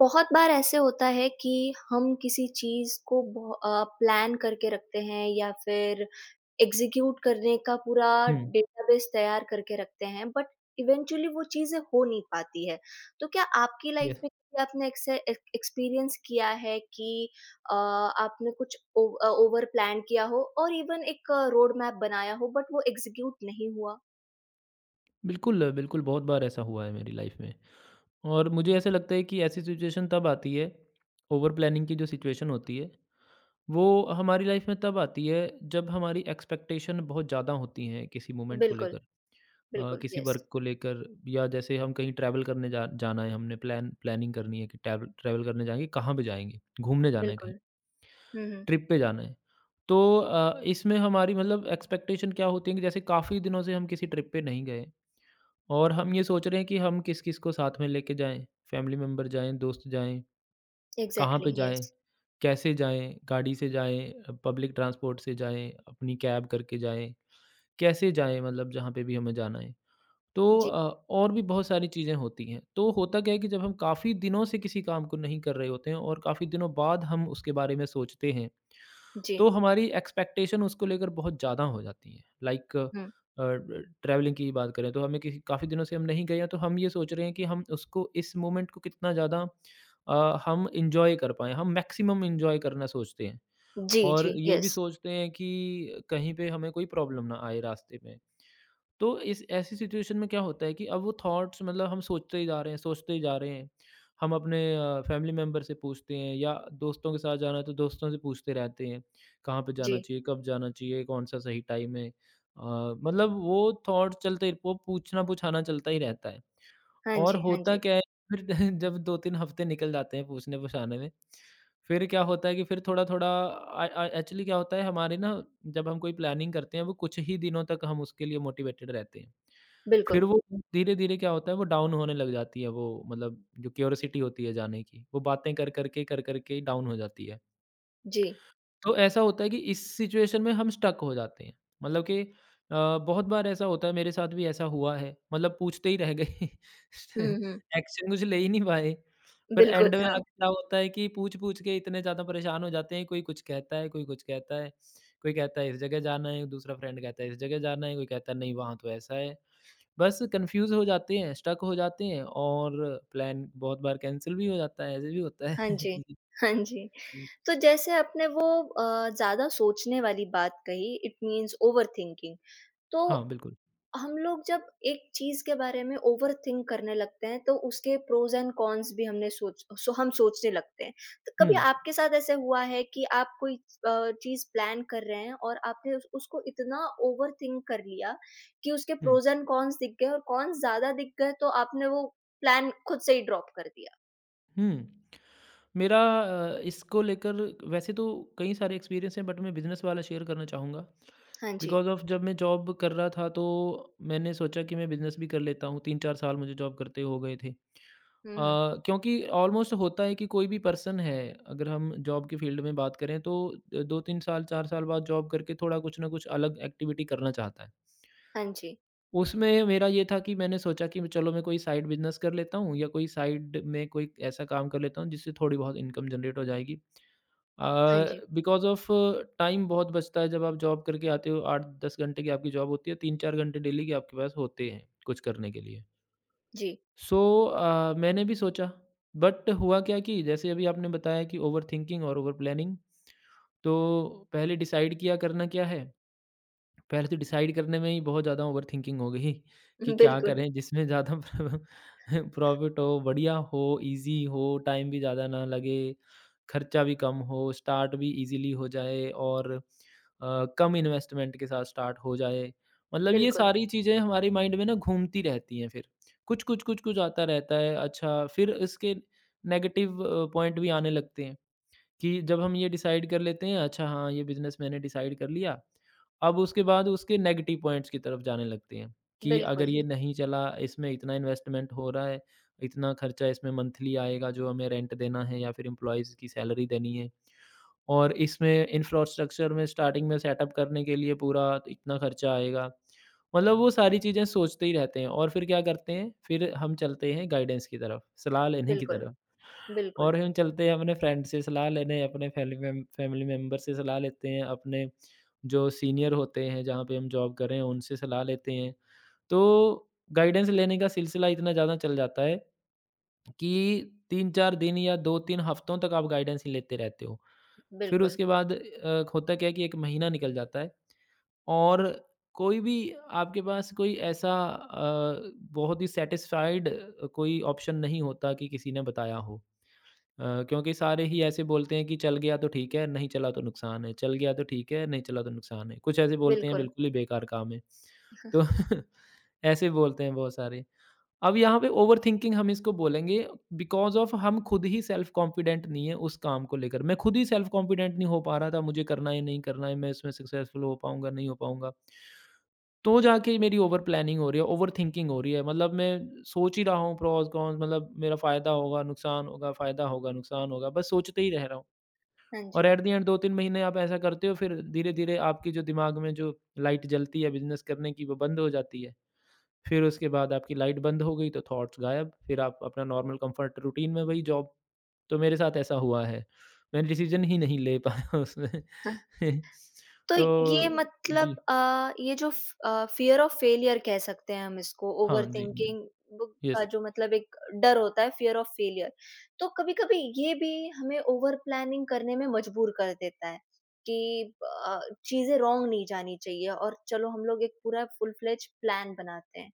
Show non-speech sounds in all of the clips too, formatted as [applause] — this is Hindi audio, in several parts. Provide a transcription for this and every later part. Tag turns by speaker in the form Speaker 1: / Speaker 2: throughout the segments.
Speaker 1: बहुत बार ऐसे होता है कि हम किसी चीज़ को प्लान करके रखते हैं या फिर एग्ज़ीक्यूट करने का पूरा
Speaker 2: हुँ,
Speaker 1: डेटाबेस तैयार करके रखते हैं, बट इवेंचुअली वो चीज़ें हो नहीं पाती है। तो क्या आपकी लाइफ़
Speaker 2: यस।
Speaker 1: में कभी आपने ऐसे एक्सपीरियंस किया है कि आपने कुछ ओवर प्लान किया हो और इवन एक रोड मैप बनाया हो बट वो एग्ज़ीक्यूट नहीं हुआ?
Speaker 2: बिल्कुल, बिल्कुल बहुत बार ऐसा हुआ है मेरी लाइफ़ में और मुझे ऐसा लगता है कि ऐसी सिचुएशन तब आती है, ओवर प्लानिंग की जो सिचुएशन होती है, वो हमारी लाइफ़ में तब आती है जब हमारी एक्सपेक्टेशन बहुत ज़्यादा होती हैं किसी मोमेंट को
Speaker 1: बिल्कुल,
Speaker 2: लेकर
Speaker 1: बिल्कुल,
Speaker 2: किसी
Speaker 1: येस,
Speaker 2: वर्क को लेकर या जैसे हम कहीं ट्रैवल करने जा जाना है, हमने प्लानिंग करनी है कि ट्रैवल करने जाएँगे, कहाँ पे जाएँगे? घूमने जाना है
Speaker 1: बिल्कुल।
Speaker 2: कहीं,
Speaker 1: हुँ, हुँ।
Speaker 2: ट्रिप पे जाना है। तो इसमें हमारी मतलब एक्सपेक्टेशन क्या होती है कि जैसे काफ़ी दिनों से हम किसी ट्रिप पे नहीं गए और हम ये सोच रहे हैं कि हम किस-किस को साथ में लेके जाएँ, फैमिली मेंबर जाएँ, दोस्त जाएँ, कहाँ
Speaker 1: एग्ज़ैक्टली,
Speaker 2: पे जाएँ,
Speaker 1: येस।
Speaker 2: कैसे जाएँ, गाड़ी से जाएँ, पब्लिक ट्रांसपोर्ट से जाएँ, अपनी कैब करके जाएँ, कैसे जाएँ मतलब जहाँ पे भी हमें जाना है। तो
Speaker 1: जी,
Speaker 2: और भी बहुत सारी चीज़ें होती हैं। तो होता क्या है कि जब हम काफ़ी दिनों से किसी काम को नहीं कर रहे होते हैं और काफ़ी दिनों बाद हम उसके बारे में सोचते हैं
Speaker 1: जी।
Speaker 2: तो हमारी एक्सपेक्टेशन उसको लेकर बहुत ज़्यादा हो जाती है लाइक
Speaker 1: हुँ।
Speaker 2: ट्रैवलिंग की बात करें तो हमें किसी काफ़ी दिनों से हम नहीं गए हैं तो हम ये सोच रहे हैं कि हम उसको इस मोमेंट को कितना ज़्यादा हम इंजॉय कर पाएँ हम मैक्सिमम इंजॉय करना सोचते हैं
Speaker 1: जी,
Speaker 2: और
Speaker 1: जी,
Speaker 2: ये भी
Speaker 1: यस,
Speaker 2: सोचते हैं कि कहीं पे हमें कोई प्रॉब्लम ना आए रास्ते में तो इस ऐसी सिचुएशन में क्या होता है कि अब वो थॉट्स मतलब हम सोचते ही जा रहे हैं हम अपने फैमिली मेम्बर से पूछते हैं या दोस्तों के साथ जाना है तो दोस्तों से पूछते रहते हैं कहाँ पे
Speaker 1: जी।
Speaker 2: जाना चाहिए कब जाना चाहिए कौन सा सही टाइम है मतलब वो थॉट चलते वो पूछना पूछाना चलता ही रहता है
Speaker 1: हाँ
Speaker 2: और
Speaker 1: जी, हाँ
Speaker 2: होता
Speaker 1: जी,
Speaker 2: क्या है फिर [laughs] जब 2-3 हफ्ते निकल जाते हैं पूछने-पुछाने में, फिर क्या होता है कि फिर थोड़ा-थोड़ा एक्चुअली क्या होता है हमारे ना जब हम कोई प्लानिंग करते हैं वो कुछ ही दिनों तक हम उसके लिए मोटिवेटेड रहते हैं। फिर
Speaker 1: बिल्कुल,
Speaker 2: वो धीरे-धीरे क्या होता है वो डाउन होने लग जाती है वो मतलब जो क्यूरियोसिटी होती है जाने की, वो बातें कर-कर के डाउन हो जाती है।
Speaker 1: जी।
Speaker 2: तो ऐसा होता है कि इस सिचुएशन में हम स्टक हो जाते हैं। मतलब कि बहुत बार ऐसा होता है मेरे साथ भी ऐसा हुआ है। मतलब पूछते ही रह गए।
Speaker 1: हुँ,
Speaker 2: [laughs]
Speaker 1: हुँ,
Speaker 2: एक्शन कुछ ले ही नहीं पाए। फिर
Speaker 1: बिल्कुल,
Speaker 2: एंड में
Speaker 1: हाँ,
Speaker 2: अब क्या होता है कि पूछ-पूछ के इतने ज़्यादा परेशान हो जाते हैं, कोई कुछ कहता है, कोई कुछ कहता है। कोई कहता है इस जगह जाना है, दूसरा फ्रेंड कहता है इस जगह जाना है, कोई कहता है नहीं वहाँ तो ऐसा है। बस कन्फ्यूज़ हो जाते हैं, स्टक हो जाते हैं और प्लान बहुत बार कैंसल भी हो जाता है, ऐसे भी होता है।
Speaker 1: हाँ जी,
Speaker 2: [laughs] जी,
Speaker 1: हाँ जी।
Speaker 2: जी।
Speaker 1: तो जैसे आपने वो ज़्यादा सोचने वाली बात कही इट मीन्स ओवरथिंकिंग तो
Speaker 2: हाँ, बिल्कुल।
Speaker 1: हम लोग जब एक चीज़ के बारे में ओवरथिंक करने लगते हैं, तो उसके प्रोज़ एंड कॉन्स भी हमने सोच सो हम सोचने लगते हैं। तो
Speaker 2: हुँ,
Speaker 1: कभी आपके साथ ऐसे हुआ है कि आप कोई चीज़ प्लान कर रहे हैं और आपने उस उसको इतना ओवरथिंक कर लिया कि उसके
Speaker 2: हुँ।
Speaker 1: प्रोज़ एंड कॉन्स दिख गए और कॉन्स ज़्यादा दिख गए तो आपने वो प्लान खुद से ही ड्रॉप कर दिया?
Speaker 2: हुँ। मेरा इसको लेकर वैसे तो कई सारे एक्सपीरियंस हैं बट मैं बिज़नेस वाला शेयर करना चाहूँगा।
Speaker 1: हाँ जी।
Speaker 2: बिकॉज़ ऑफ़ जब मैं जॉब कर रहा था तो मैंने सोचा कि मैं बिज़नेस भी कर लेता हूँ। 3-4 साल मुझे जॉब करते हो गए थे। अ,
Speaker 1: हुँ, हुँ।
Speaker 2: क्योंकि ऑलमोस्ट होता है कि कोई भी पर्सन है अगर हम जॉब के फ़ील्ड में बात करें तो 2-3 साल 4 साल बाद जॉब करके थोड़ा कुछ ना कुछ अलग एक्टिविटी करना चाहता है।
Speaker 1: हाँ जी,
Speaker 2: उसमें मेरा ये था कि मैंने सोचा कि चलो मैं कोई साइड बिज़नेस कर लेता हूँ या कोई साइड में कोई ऐसा काम कर लेता हूँ जिससे थोड़ी बहुत इनकम जनरेट हो जाएगी। अ,
Speaker 1: हाँ जी।
Speaker 2: बिकॉज़ ऑफ़ टाइम बहुत बचता है जब आप जॉब करके आते हो 8-10 घंटे की आपकी जॉब होती है, 3-4 घंटे डेली के आपके पास होते हैं कुछ करने के लिए।
Speaker 1: जी।
Speaker 2: सो मैंने भी सोचा बट हुआ क्या कि जैसे अभी आपने बताया कि ओवरथिंकिंग और ओवर प्लानिंग तो पहले डिसाइड किया करना क्या है पहले तो डिसाइड करने में ही बहुत ज़्यादा ओवरथिंकिंग हो गई कि
Speaker 1: [laughs]
Speaker 2: क्या
Speaker 1: बिल्कुल,
Speaker 2: करें जिसमें ज़्यादा प्रॉफ़िट [laughs] हो, बढ़िया हो, ईज़ी हो, टाइम भी ज़्यादा ना लगे, खर्चा भी कम हो, स्टार्ट भी ईज़िली हो जाए और कम इन्वेस्टमेंट के साथ स्टार्ट हो जाए। मतलब ये
Speaker 1: बिल्कुल,
Speaker 2: सारी चीज़ें हमारे माइंड में ना घूमती रहती हैं फिर। कुछ आता रहता है। अच्छा, फिर इसके नेगेटिव पॉइंट भी आने लगते हैं। कि जब हम ये डिसाइड कर लेते हैं अच्छा हाँ ये बिज़नेस मैंने डिसाइड कर लिया, अब उसके बाद उसके नेगेटिव पॉइंट्स की तरफ जाने लगते हैं कि अगर
Speaker 1: बिल्कुल,
Speaker 2: ये नहीं चला, इसमें इतना इन्वेस्टमेंट हो रहा है, इतना खर्चा इसमें मंथली आएगा जो हमें रेंट देना है या फिर एम्प्लॉइज़ की सैलरी देनी है और इसमें इंफ्रास्ट्रक्चर में स्टार्टिंग में सेटअप करने के लिए पूरा इतना खर्चा आएगा। मतलब वो सारी चीज़ें सोचते ही रहते हैं और फिर क्या करते हैं, फिर हम चलते हैं गाइडेंस की तरफ, सलाह लेने की
Speaker 1: बिल्कुल,
Speaker 2: तरफ।
Speaker 1: बिल्कुल,
Speaker 2: और हम चलते हैं अपने फ्रेंड से सलाह लेने, अपने फैली मेम फैमिली मेंबर से सलाह लेते हैं, अपने जो सीनियर होते हैं, जहाँ पे हम जॉब कर रहे हैं, उनसे सलाह लेते हैं। तो गाइडेंस लेने का सिलसिला इतना ज़्यादा चल जाता है कि 3-4 दिन या 2-3 हफ्तों तक आप गाइडेंस ही लेते रहते हो। फिर
Speaker 1: बिल्कुल,
Speaker 2: उसके बाद होता क्या है कि 1 महीना निकल जाता है और कोई भी आपके पास कोई ऐसा बहुत ही सैटिस्फाइड कोई ऑप्शन नहीं होता कि किसी ने बताया हो। क्योंकि सारे ही ऐसे बोलते हैं कि चल गया तो ठीक है, नहीं चला तो नुकसान है, चल गया तो ठीक है, नहीं चला तो नुकसान है। कुछ ऐसे बोलते हैं
Speaker 1: बिल्कुल।
Speaker 2: बिल्कुल ही बेकार काम है। तो [laughs] ऐसे बोलते हैं बहुत सारे। अब यहाँ पे ओवरथिंकिंग हम इसको बोलेंगे बिकॉज़ ऑफ़ हम खुद ही सेल्फ कॉन्फिडेंट नहीं है उस काम को लेकर। मैं खुद ही सेल्फ कॉन्फिडेंट नहीं हो पा रहा था, मुझे करना है, नहीं करना है, मैं इसमें सक्सेसफुल हो पाऊँगा, नहीं हो पाऊँगा। तो जाके मेरी ओवर प्लानिंग हो रही है, ओवर थिंकिंग हो रही है। मतलब मैं सोच ही रहा हूँ प्रोस कॉन्स मतलब मेरा फ़ायदा होगा, नुकसान होगा, फ़ायदा होगा, नुकसान होगा, बस सोचते ही रह रहा हूँ।
Speaker 1: हाँ
Speaker 2: और
Speaker 1: जी।
Speaker 2: एट द एंड 2-3 महीने आप ऐसा करते हो फिर धीरे-धीरे आपकी जो दिमाग में जो लाइट जलती है बिज़नेस करने की वो बंद हो जाती है। फिर उसके बाद आपकी लाइट बंद हो गई तो थॉट्स गायब, फिर आप अपना नॉर्मल कंफर्ट रूटीन में वही जॉब। तो मेरे साथ ऐसा हुआ है। मैंने डिसीज़न ही नहीं ले पाया उसमें। [laughs]
Speaker 1: तो ये
Speaker 2: तो
Speaker 1: मतलब
Speaker 2: जी,
Speaker 1: ये फ़ियर ऑफ फेलियर कह सकते हैं हम इसको,
Speaker 2: हाँ जी, बिल
Speaker 1: ओवरथिंकिंग ब का
Speaker 2: यस,
Speaker 1: जो मतलब एक डर होता है, फ़ियर ऑफ फेलियर। तो कभी-कभी ये भी हमें ओवर प्लानिंग करने में मजबूर कर देता है कि अ, चीज़ें रॉन्ग नहीं जानी चाहिए और चलो हम लोग एक पूरा फुल फ्लेज प्लान बनाते हैं।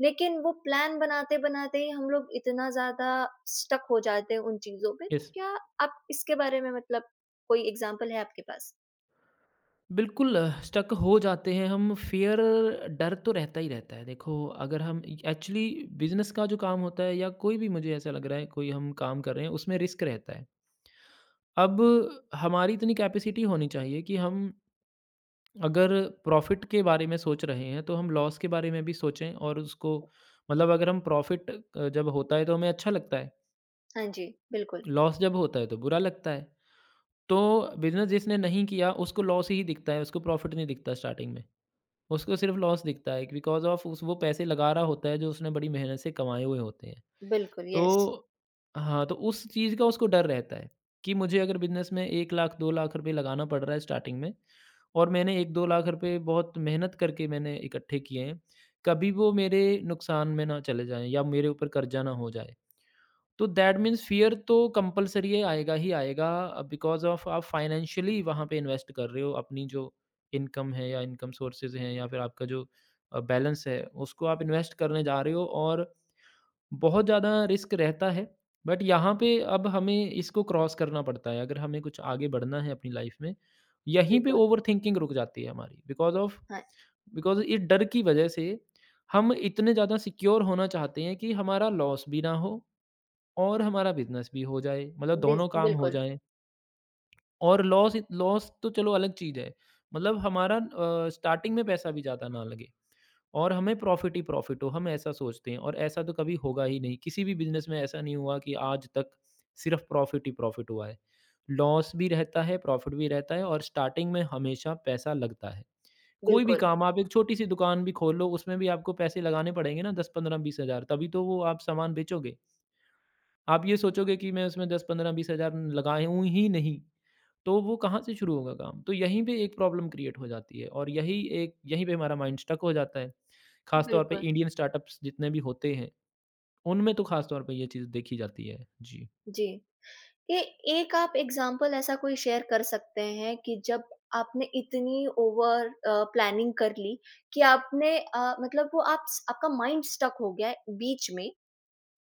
Speaker 1: लेकिन वो प्लान बनाते-बनाते ही हम लोग इतना ज़्यादा स्टक हो जाते हैं उन चीज़ों पे, तो
Speaker 2: यस।
Speaker 1: क्या आप इसके बारे में मतलब कोई एग्ज़ाम्पल है आपके पास?
Speaker 2: बिल्कुल स्टक हो जाते हैं हम फ़ियर डर तो रहता ही रहता है। देखो अगर हम एक्चुअली बिज़नेस का जो काम होता है या कोई भी मुझे ऐसा लग रहा है कोई हम काम कर रहे हैं उसमें रिस्क रहता है। अब हमारी इतनी कैपेसिटी होनी चाहिए कि हम अगर प्रॉफ़िट के बारे में सोच रहे हैं तो हम लॉस के बारे में भी सोचें और उसको मतलब अगर हम प्रॉफ़िट जब होता है तो हमें अच्छा लगता है,
Speaker 1: हाँ जी, बिल्कुल।
Speaker 2: लॉस जब होता है तो बुरा लगता है। तो बिज़नेस जिसने नहीं किया उसको लॉस ही दिखता है, उसको प्रॉफ़िट नहीं दिखता स्टार्टिंग में। उसको सिर्फ लॉस दिखता है बिकॉज़ ऑफ उस वो पैसे लगा रहा होता है जो उसने बड़ी मेहनत से कमाए हुए होते हैं।
Speaker 1: बिल्कुल, यस,
Speaker 2: तो हाँ, तो उस चीज़ का उसको डर रहता है कि मुझे अगर बिज़नेस में 1 लाख, 2 लाख रुपए लगाना पड़ रहा है स्टार्टिंग में और मैंने 1-2 लाख रुपए बहुत मेहनत करके मैंने इकट्ठे किए हैं, कभी वो मेरे नुकसान में ना चले जाएँ या मेरे ऊपर कर्जा ना हो जाए। तो दैट मीन्स फ़ियर तो कंपल्सरी आएगा ही आएगा बिकॉज़ ऑफ़ आप फ़ाइनेंशियली वहाँ पे इन्वेस्ट कर रहे हो। अपनी जो इनकम है या इनकम सोर्सेज़ हैं या फिर आपका जो बैलेंस है, उसको आप इन्वेस्ट करने जा रहे हो और बहुत ज़्यादा रिस्क रहता है। बट यहाँ पे अब हमें इसको क्रॉस करना पड़ता है, अगर हमें कुछ आगे बढ़ना है अपनी लाइफ़ में। यहीं पे
Speaker 1: बिल्कुल।
Speaker 2: ओवरथिंकिंग रुक जाती है हमारी
Speaker 1: हाँ,
Speaker 2: बिकॉज़ इस डर की वज़ह से हम इतने ज़्यादा सिक्योर होना चाहते हैं कि हमारा लॉस भी ना हो और हमारा बिज़नेस भी हो जाए, मतलब
Speaker 1: बिज़
Speaker 2: दोनों काम हो
Speaker 1: बिल्कुल,
Speaker 2: जाएँ और लॉस तो चलो अलग चीज़ है। मतलब हमारा स्टार्टिंग में पैसा भी ज़्यादा ना लगे और हमें प्रॉफ़िट ही प्रॉफ़िट हो, हम ऐसा सोचते हैं और ऐसा तो कभी होगा ही नहीं। किसी भी बिज़नेस में ऐसा नहीं हुआ कि आज तक सिर्फ़ प्रॉफ़िट ही प्रॉफ़िट हुआ है। लॉस भी रहता है, प्रॉफ़िट भी रहता है और स्टार्टिंग में हमेशा पैसा लगता है। कोई भी
Speaker 1: बिल्कुल,
Speaker 2: काम आप एक छोटी-सी दुकान भी खोल लो, उसमें भी आपको पैसे लगाने पड़ेंगे ना 10, 15, 20 हज़ार तभी तो वो आप सामान बेचोगे। आप ये सोचोगे कि मैं उसमें 10, 15, 20 हज़ार लगाऊँ ही नहीं, तो वो कहाँ से शुरू होगा काम? तो यहीं पे एक प्रॉब्लम क्रिएट हो जाती है और यही एक यहीं पे हमारा माइंड स्टक हो जाता है। ख़ास तौर पे
Speaker 1: बिल्कुल,
Speaker 2: इंडियन स्टार्टअप्स जितने भी होते हैं, उनमें तो ख़ास तौर पे ये चीज़ देखी जाती है। जी।
Speaker 1: जी। ए एक आप एग्ज़ाम्पल ऐसा कोई शेयर कर सकते हैं कि जब आपने इतनी ओवर प्लानिंग कर ली कि आपने मतलब वो आप स आपका माइंड स्टक हो गया है बीच में,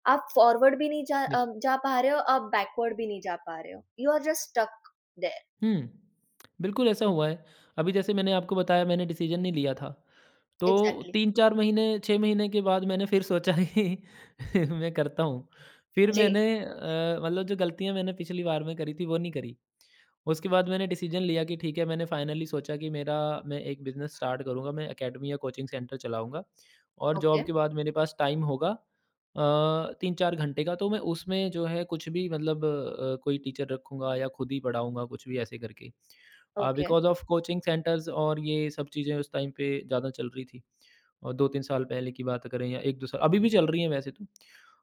Speaker 1: आप फॉरवर्ड भी नहीं
Speaker 2: यस।
Speaker 1: जा पा रहे हो, आप बैकवर्ड भी नहीं जा पा रहे हो। You are just stuck there
Speaker 2: हुँ। बिल्कुल ऐसा हुआ है। अभी जैसे मैंने आपको बताया मैंने डिसीज़न नहीं लिया था, तो
Speaker 1: एग्ज़ैक्टली।
Speaker 2: 3-4 महीने, 6 महीने के बाद मैंने फिर सोचा कि [laughs] मैं करता हूँ। फिर
Speaker 1: जी,
Speaker 2: मैंने मतलब जो गलतियाँ मैंने पिछली बार में करी थी, वो नहीं करी। उसके बाद मैंने डिसीजन लिया कि ठीक है, मैंने फाइनली सोचा कि मेरा मैं एक बिज़नेस स्टार्ट करूँगा, मैं एकेडमी या कोचिंग सेंटर चलाऊँगा और
Speaker 1: ओके,
Speaker 2: जॉब के बाद मेरे पास टाइम होगा अ, 3-4 घंटे का, तो मैं उसमें जो है कुछ भी मतलब कोई टीचर रखूँगा या खुद ही पढ़ाऊँगा, कुछ भी ऐसे करके।
Speaker 1: Okay.
Speaker 2: Because of coaching centres और ये सब चीज़ें उस टाइम पे ज़्यादा चल रही थी और 2-3 साल पहले की बात करें या 1-2 साल अभी भी चल रही हैं वैसे तो।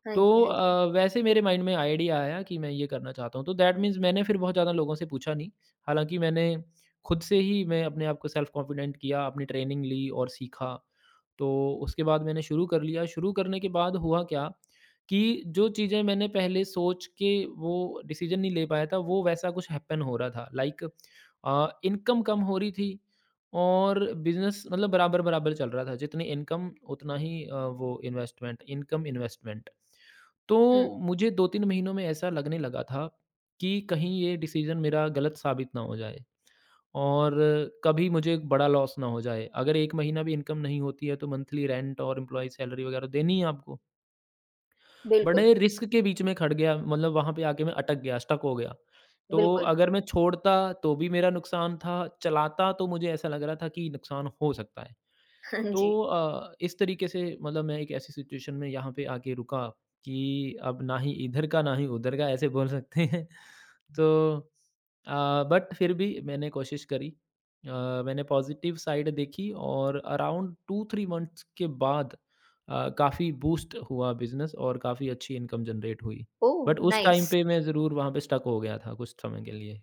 Speaker 1: हाँ
Speaker 2: तो
Speaker 1: जी, हाँ जी।
Speaker 2: वैसे मेरे माइंड में आइडिया आया कि मैं ये करना चाहता हूँ, तो दैट मीन्स मैंने फिर बहुत ज़्यादा लोगों से पूछा नहीं। हालाँकि मैंने खुद से ही मैं अपने आप को सेल्फ कॉन्फिडेंट किया, अपनी ट्रेनिंग ली और सीखा। तो उसके बाद मैंने शुरू कर लिया, शुरू करने के बाद हुआ क्या कि जो चीज़ें मैंने पहले सोच के वो डिसीज़न नहीं ले पाया था, वो वैसा कुछ हैपन हो रहा था। लाइक इनकम कम हो रही थी और बिज़नेस मतलब बराबर-बराबर चल रहा था। जितनी इनकम उतना ही वो इन्वेस्टमेंट, इनकम इन्वेस्टमेंट। तो
Speaker 1: हुँ,
Speaker 2: मुझे 2-3 महीनों में ऐसा लगने लगा था कि कहीं ये डिसीज़न मेरा गलत साबित ना हो जाए और कभी मुझे एक बड़ा लॉस ना हो जाए। अगर 1 महीना भी इनकम नहीं होती है तो मंथली रेंट और एम्प्लॉयी सैलरी वगैरह देनी ही है आपको।
Speaker 1: बिल्कुल,
Speaker 2: बड़े रिस्क के बीच में खड़ गया मतलब वहाँ पे आके मैं अटक गया, स्टक हो गया। तो
Speaker 1: बिल्कुल।
Speaker 2: अगर मैं छोड़ता तो भी मेरा नुकसान था, चलाता तो मुझे ऐसा लग रहा था कि नुकसान हो सकता है।
Speaker 1: हाँ जी।
Speaker 2: तो इस तरीके से मतलब मैं एक ऐसी सिचुएशन में यहाँ पे आके रुका कि अब ना ही इधर का ना ही उधर का ऐसे बोल सकते हैं। [laughs] तो अ, बट फिर भी मैंने कोशिश करी। मैंने पॉजिटिव साइड देखी और अराउंड टू थ्री मंथ्स के बाद काफ़ी बूस्ट हुआ बिजनेस और काफ़ी अच्छी इनकम जनरेट हुई।
Speaker 1: ओह!
Speaker 2: बट उस टाइम
Speaker 1: नाइस।
Speaker 2: पे मैं ज़रूर वहाँ पे स्टक हो गया था कुछ समय के लिए।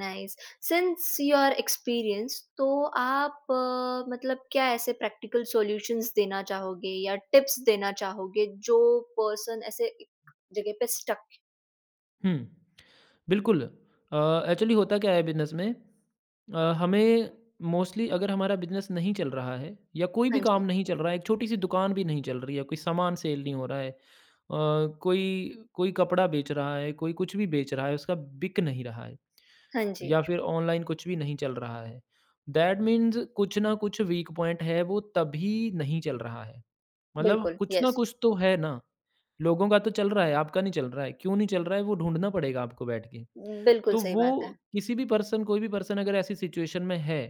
Speaker 1: Nice since you are experience तो आप मतलब क्या ऐसे प्रैक्टिकल सॉल्यूशंस देना चाहोगे या टिप्स देना चाहोगे जो पर्सन ऐसे एक जगह पे स्टक
Speaker 2: हुँ। बिल्कुल। अ, एक्चुअली होता क्या है बिज़नेस में हमें मोस्टली अगर हमारा बिज़नेस नहीं चल रहा है या कोई भी
Speaker 1: हाँ
Speaker 2: काम
Speaker 1: जी
Speaker 2: नहीं चल रहा है, एक छोटी-सी दुकान भी नहीं चल रही है, कोई सामान सेल नहीं हो रहा है, कोई कोई कपड़ा बेच रहा है, कोई कुछ भी बेच रहा है, उसका बिक नहीं रहा है
Speaker 1: हाँ जी
Speaker 2: या फिर ऑनलाइन कुछ भी नहीं चल रहा है। दैट मीन्स कुछ ना कुछ वीक पॉइंट है, वो तभी नहीं चल रहा है। मतलब
Speaker 1: बिल्कुल
Speaker 2: कुछ ना
Speaker 1: यस
Speaker 2: कुछ तो है ना। लोगों का तो चल रहा है, आपका नहीं चल रहा है। क्यों नहीं चल रहा है वो ढूँढना पड़ेगा आपको बैठ के।
Speaker 1: बिल्कुल
Speaker 2: तो
Speaker 1: सही
Speaker 2: वो
Speaker 1: बात है
Speaker 2: किसी भी पर्सन कोई भी पर्सन अगर ऐसी सिचुएशन में है,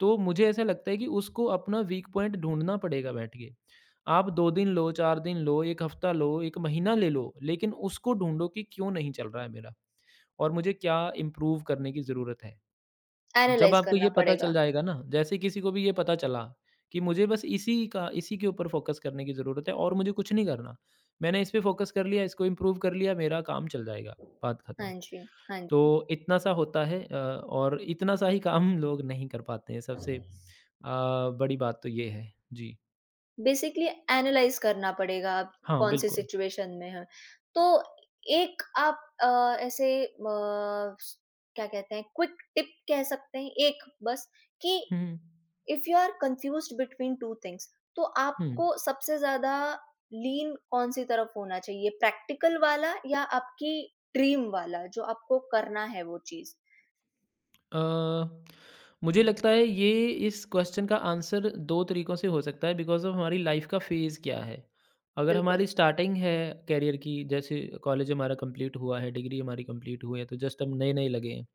Speaker 2: तो मुझे ऐसा लगता है कि उसको अपना वीक पॉइंट ढूँढना पड़ेगा बैठ के। आप 2 दिन लो, 4 दिन लो, 1 हफ्ता लो, 1 महीना ले लो, लेकिन उसको ढूँढो कि क्यों नहीं चल रहा है मेरा और मुझे क्या इम्प्रूव करने की ज़रूरत है। जब
Speaker 1: एनालाइज
Speaker 2: आपको ये
Speaker 1: करना
Speaker 2: पता चल
Speaker 1: पड़ेगा
Speaker 2: जाएगा ना, जैसे किसी को भी ये पता चला कि मुझे बस इसी का इसी के ऊपर फ़ोकस करने की ज़रूरत है और मुझे कुछ नहीं करना। मैंने इस पे फ़ोकस कर लिया, इसको इम्प्रूव कर लिया, मेरा काम चल जाएगा, बात ख़त्म।
Speaker 1: हाँ जी हाँ जी
Speaker 2: तो इतना सा होता है, और इतना सा ही काम [laughs] लोग नहीं कर पाते हैं, सबसे बड़ी बात तो ये है। जी।
Speaker 1: बेसिकली एनालाइज करना पड़ेगा आप
Speaker 2: हाँ,
Speaker 1: कौन सी
Speaker 2: बिल्कुल।
Speaker 1: सिचुएशन में है तो एक आप क्या कहते हैं क्विक टिप कह सकते हैं एक बस कि
Speaker 2: हुँ, हुँ।
Speaker 1: If you are confused between two things तो
Speaker 2: हुँ।
Speaker 1: आपको सबसे ज्यादा लीन कौन सी तरफ होना चाहिए प्रैक्टिकल वाला या आपकी ड्रीम वाला जो आपको करना है वो चीज
Speaker 2: अ, मुझे लगता है ये इस क्वेश्चन का आंसर 2 तरीकों से हो सकता है बिकॉज़ ऑफ़ हमारी लाइफ़ का फ़ेज़ क्या है। अगर
Speaker 1: बिल्कुल
Speaker 2: हमारी स्टार्टिंग है करियर की जैसे कॉलेज हमारा कंप्लीट हुआ है, डिग्री हमारी कंप्लीट हुई है तो जस्ट हम नए-नए लगे हैं।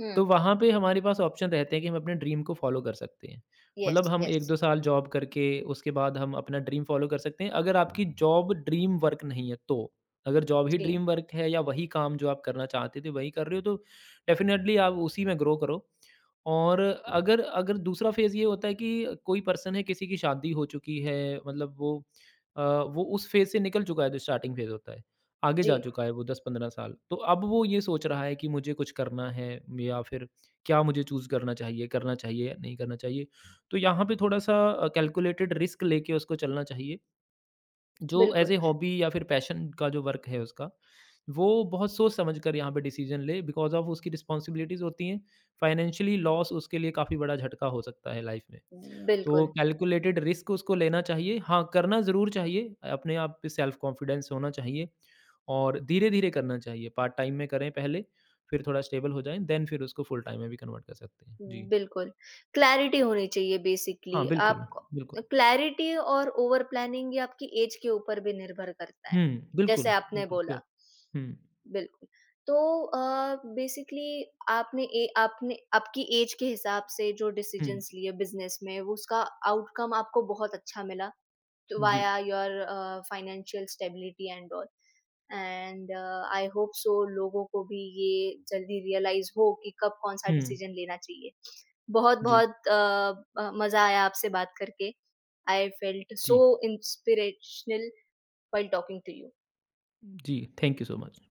Speaker 1: हम्म
Speaker 2: तो वहाँ पे हमारे पास ऑप्शन रहते हैं कि हम अपने ड्रीम को फ़ॉलो कर सकते हैं।
Speaker 1: यस
Speaker 2: मतलब हम
Speaker 1: यस
Speaker 2: 1-2 साल जॉब करके उसके बाद हम अपना ड्रीम फ़ॉलो कर सकते हैं, अगर आपकी जॉब ड्रीम वर्क नहीं है तो। अगर जॉब ही
Speaker 1: जी
Speaker 2: ड्रीम वर्क है या वही काम जो आप करना चाहते थे वही कर रहे हो तो डेफ़िनेटली आप उसी में ग्रो करो। और अगर अगर दूसरा फ़ेज़ ये होता है कि कोई पर्सन है किसी की शादी हो चुकी है मतलब वो वो उस फ़ेज़ से निकल चुका है जो स्टार्टिंग फ़ेज़ होता है। आगे
Speaker 1: जी
Speaker 2: जा चुका है वो 10-15 साल। तो अब वो ये सोच रहा है कि मुझे कुछ करना है या फिर क्या मुझे चूज़ करना चाहिए या नहीं करना चाहिए। तो यहाँ पे थोड़ा-सा कैलकुलेटेड रिस्क लेके उसको चलना चाहिए। जो एज़
Speaker 1: बिल्कुल
Speaker 2: ए हॉबी या फिर पैशन का जो वर्क है उसका, वो बहुत सोच समझ कर यहाँ पे डिसीज़न ले बिकॉज़ ऑफ़ उसकी रिस्पॉन्सिबिलिटीज़ होती हैं। फ़ाइनेंशियली लॉस उसके लिए काफ़ी बड़ा झटका हो सकता है लाइफ़ में। तो
Speaker 1: बिल्कुल
Speaker 2: कैलकुलेटेड रिस्क उसको लेना चाहिए। हाँ, करना ज़रूर चाहिए, अपने आप पे सेल्फ कॉन्फिडेंस होना चाहिए और धीरे-धीरे करना चाहिए। पार्ट टाइम में करें पहले, फिर थोड़ा स्टेबल हो जाएँ, देन फिर उसको फुल टाइम में भी कन्वर्ट कर सकते हैं। जी।
Speaker 1: बिल्कुल क्लैरिटी होनी चाहिए बेसिकली
Speaker 2: हाँ, बिल्कुल,
Speaker 1: आप
Speaker 2: बिल्कुल।
Speaker 1: क्लैरिटी और ओवर प्लानिंग ये आपकी एज के ऊपर भी निर्भर करता है
Speaker 2: हुँ,
Speaker 1: जैसे
Speaker 2: बिल्कुल,
Speaker 1: आपने
Speaker 2: बिल्कुल, श्योर।
Speaker 1: बोला
Speaker 2: हुँ,
Speaker 1: बिल्कुल। तो बेसिकली आपने आपकी ऐज के हिसाब से जो
Speaker 2: हुँ,
Speaker 1: डिसीज़न्स लिए बिज़नेस में, वो उसका आउटकम आपको बहुत अच्छा मिला तो
Speaker 2: जी।
Speaker 1: Via your financial stability and all. And I hope so लोगों को भी ये जल्दी रियलाइज़ हो कि कब कौन-सा
Speaker 2: हुँ,
Speaker 1: डिसीज़न लेना चाहिए।
Speaker 2: जी,
Speaker 1: बहुत-बहुत मज़ा आया आपसे बात करके। आई फेल्ट सो
Speaker 2: जी,
Speaker 1: inspirational while talking to you.
Speaker 2: जी, थैंक यू सो मच।